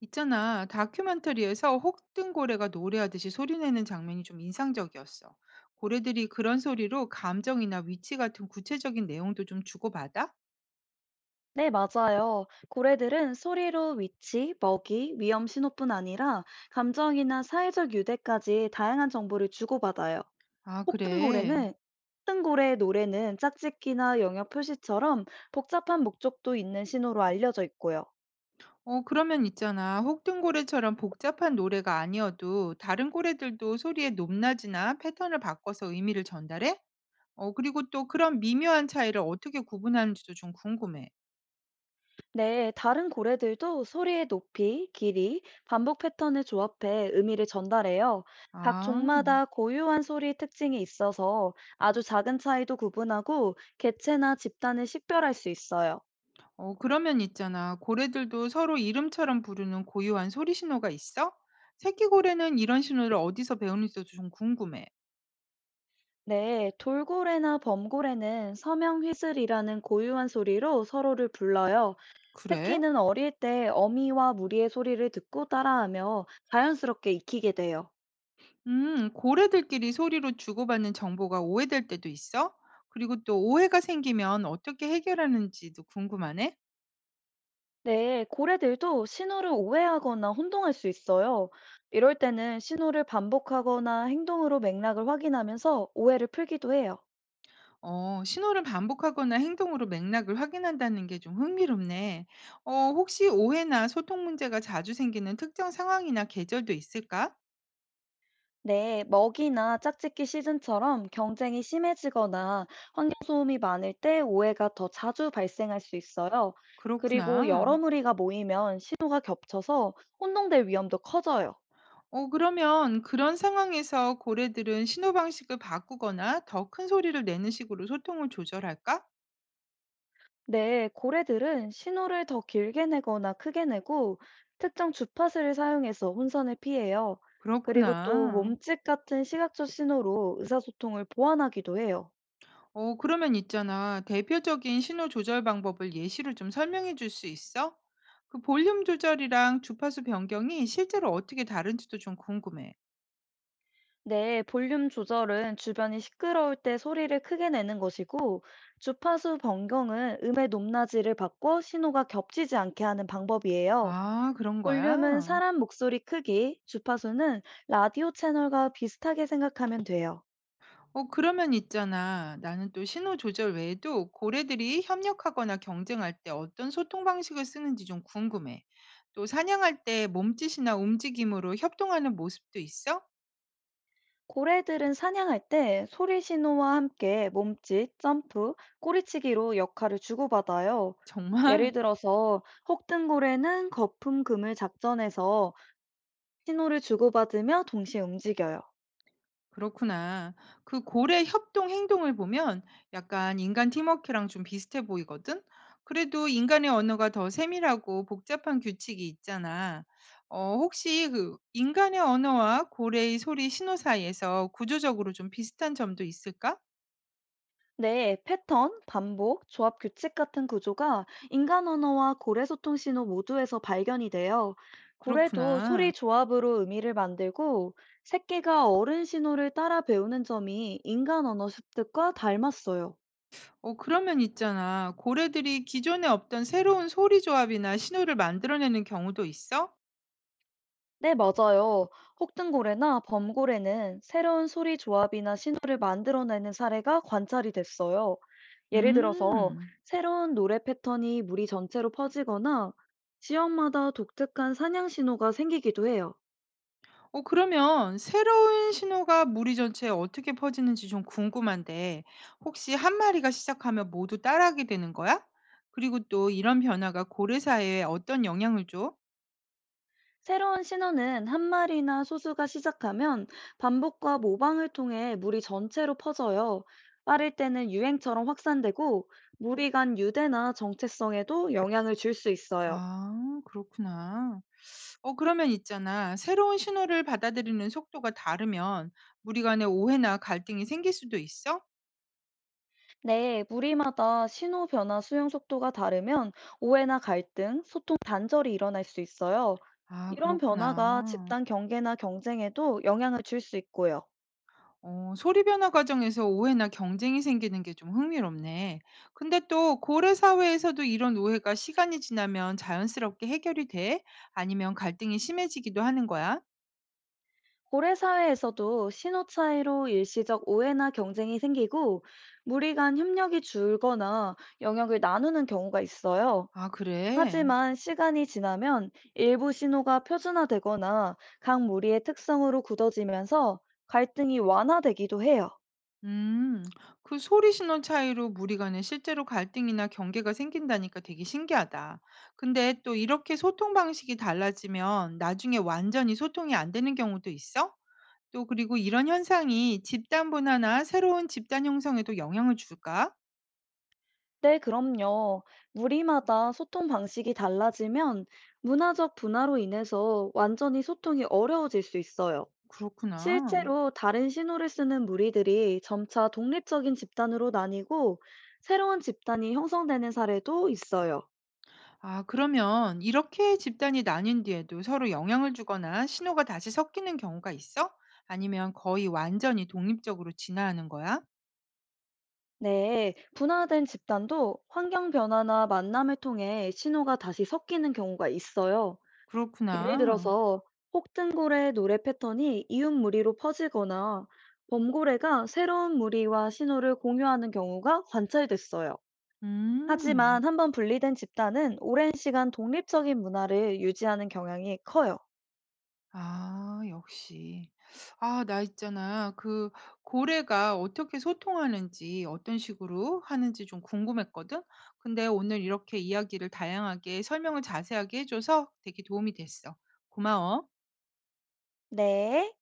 있잖아, 다큐멘터리에서 혹등고래가 노래하듯이 소리내는 장면이 좀 인상적이었어. 고래들이 그런 소리로 감정이나 위치 같은 구체적인 내용도 좀 주고받아? 네, 맞아요. 고래들은 소리로 위치, 먹이, 위험 신호뿐 아니라 감정이나 사회적 유대까지 다양한 정보를 주고받아요. 아, 그래. 폭등고래는 폭등고래의 노래는 짝짓기나 영역 표시처럼 복잡한 목적도 있는 신호로 알려져 있고요. 그러면 있잖아. 혹등고래처럼 복잡한 노래가 아니어도 다른 고래들도 소리의 높낮이나 패턴을 바꿔서 의미를 전달해? 그리고 또 그런 미묘한 차이를 어떻게 구분하는지도 좀 궁금해. 네, 다른 고래들도 소리의 높이, 길이, 반복 패턴을 조합해 의미를 전달해요. 각 아. 종마다 고유한 소리 특징이 있어서 아주 작은 차이도 구분하고 개체나 집단을 식별할 수 있어요. 그러면 있잖아. 고래들도 서로 이름처럼 부르는 고유한 소리 신호가 있어? 새끼고래는 이런 신호를 어디서 배우는지도 좀 궁금해. 네, 돌고래나 범고래는 서명 휘슬이라는 고유한 소리로 서로를 불러요. 그래? 새끼는 어릴 때 어미와 무리의 소리를 듣고 따라하며 자연스럽게 익히게 돼요. 고래들끼리 소리로 주고받는 정보가 오해될 때도 있어? 그리고 또 오해가 생기면 어떻게 해결하는지도 궁금하네? 네, 고래들도 신호를 오해하거나 혼동할 수 있어요. 이럴 때는 신호를 반복하거나 행동으로 맥락을 확인하면서 오해를 풀기도 해요. 신호를 반복하거나 행동으로 맥락을 확인한다는 게 좀 흥미롭네. 혹시 오해나 소통 문제가 자주 생기는 특정 상황이나 계절도 있을까? 네, 먹이나 짝짓기 시즌처럼 경쟁이 심해지거나 환경소음이 많을 때 오해가 더 자주 발생할 수 있어요. 그리고 그렇구나. 여러 무리가 모이면 신호가 겹쳐서 혼동될 위험도 커져요. 그러면 그런 상황에서 고래들은 신호 방식을 바꾸거나 더 큰 소리를 내는 식으로 소통을 조절할까? 네, 고래들은 신호를 더 길게 내거나 크게 내고 특정 주파수를 사용해서 혼선을 피해요. 그리고 또 그렇구나. 몸짓 같은 시각적 신호로 의사소통을 보완하기도 해요. 그러면 있잖아. 대표적인 신호 조절 방법을 예시로 좀 설명해 줄 수 있어? 그 볼륨 조절이랑 주파수 변경이 실제로 어떻게 다른지도 좀 궁금해. 네, 볼륨 조절은 주변이 시끄러울 때 소리를 크게 내는 것이고 주파수 변경은 음의 높낮이를 바꿔 신호가 겹치지 않게 하는 방법이에요. 아, 그런 볼륨은 거야? 사람 목소리 크기, 주파수는 라디오 채널과 비슷하게 생각하면 돼요. 그러면 있잖아. 나는 또 신호 조절 외에도 고래들이 협력하거나 경쟁할 때 어떤 소통 방식을 쓰는지 좀 궁금해. 또 사냥할 때 몸짓이나 움직임으로 협동하는 모습도 있어? 고래들은 사냥할 때 소리 신호와 함께 몸짓, 점프, 꼬리치기로 역할을 주고받아요. 정말? 예를 들어서 혹등고래는 거품 그물 작전에서 신호를 주고받으며 동시에 움직여요. 그렇구나. 그 고래 협동 행동을 보면 약간 인간 팀워크랑 좀 비슷해 보이거든? 그래도 인간의 언어가 더 세밀하고 복잡한 규칙이 있잖아. 혹시 그 인간의 언어와 고래의 소리 신호 사이에서 구조적으로 좀 비슷한 점도 있을까? 네, 패턴, 반복, 조합 규칙 같은 구조가 인간 언어와 고래 소통 신호 모두에서 발견이 돼요. 고래도 그렇구나. 소리 조합으로 의미를 만들고 새끼가 어른 신호를 따라 배우는 점이 인간 언어 습득과 닮았어요. 그러면 있잖아. 고래들이 기존에 없던 새로운 소리 조합이나 신호를 만들어내는 경우도 있어? 네, 맞아요. 혹등고래나 범고래는 새로운 소리 조합이나 신호를 만들어내는 사례가 관찰이 됐어요. 예를 들어서 음. 새로운 노래 패턴이 무리 전체로 퍼지거나 지역마다 독특한 사냥 신호가 생기기도 해요. 그러면 새로운 신호가 무리 전체에 어떻게 퍼지는지 좀 궁금한데 혹시 한 마리가 시작하면 모두 따라하게 되는 거야? 그리고 또 이런 변화가 고래 사회에 어떤 영향을 줘? 새로운 신호는 한 마리나 소수가 시작하면 반복과 모방을 통해 무리 전체로 퍼져요. 빠를 때는 유행처럼 확산되고 무리 간 유대나 정체성에도 영향을 줄 수 있어요. 아, 그렇구나. 그러면 있잖아. 새로운 신호를 받아들이는 속도가 다르면 무리 간에 오해나 갈등이 생길 수도 있어? 네, 무리마다 신호 변화 수용 속도가 다르면 오해나 갈등, 소통 단절이 일어날 수 있어요. 아, 이런 변화가 그렇구나. 집단 경계나 경쟁에도 영향을 줄 수 있고요. 소리 변화 과정에서 오해나 경쟁이 생기는 게 좀 흥미롭네. 근데 또 고래 사회에서도 이런 오해가 시간이 지나면 자연스럽게 해결이 돼? 아니면 갈등이 심해지기도 하는 거야? 고래 사회에서도 신호 차이로 일시적 오해나 경쟁이 생기고 무리 간 협력이 줄거나 영역을 나누는 경우가 있어요. 아, 그래. 하지만 시간이 지나면 일부 신호가 표준화되거나 각 무리의 특성으로 굳어지면서 갈등이 완화되기도 해요. 음, 그 소리 신호 차이로 무리 간에 실제로 갈등이나 경계가 생긴다니까 되게 신기하다. 근데 또 이렇게 소통 방식이 달라지면 나중에 완전히 소통이 안 되는 경우도 있어? 또 그리고 이런 현상이 집단 분화나 새로운 집단 형성에도 영향을 줄까? 네, 그럼요. 무리마다 소통 방식이 달라지면 문화적 분화로 인해서 완전히 소통이 어려워질 수 있어요. 그렇구나. 실제로 다른 신호를 쓰는 무리들이 점차 독립적인 집단으로 나뉘고 새로운 집단이 형성되는 사례도 있어요. 아, 그러면 이렇게 집단이 나뉜 뒤에도 서로 영향을 주거나 신호가 다시 섞이는 경우가 있어? 아니면 거의 완전히 독립적으로 진화하는 거야? 네, 분화된 집단도 환경 변화나 만남을 통해 신호가 다시 섞이는 경우가 있어요. 예를 그렇구나. 들어서 혹등고래 노래 패턴이 이웃 무리로 퍼지거나 범고래가 새로운 무리와 신호를 공유하는 경우가 관찰됐어요. 음. 하지만 한번 분리된 집단은 오랜 시간 독립적인 문화를 유지하는 경향이 커요. 아, 역시. 아, 나 있잖아. 그 고래가 어떻게 소통하는지, 어떤 식으로 하는지 좀 궁금했거든? 근데 오늘 이렇게 이야기를 다양하게 설명을 자세하게 해줘서 되게 도움이 됐어. 고마워. 네.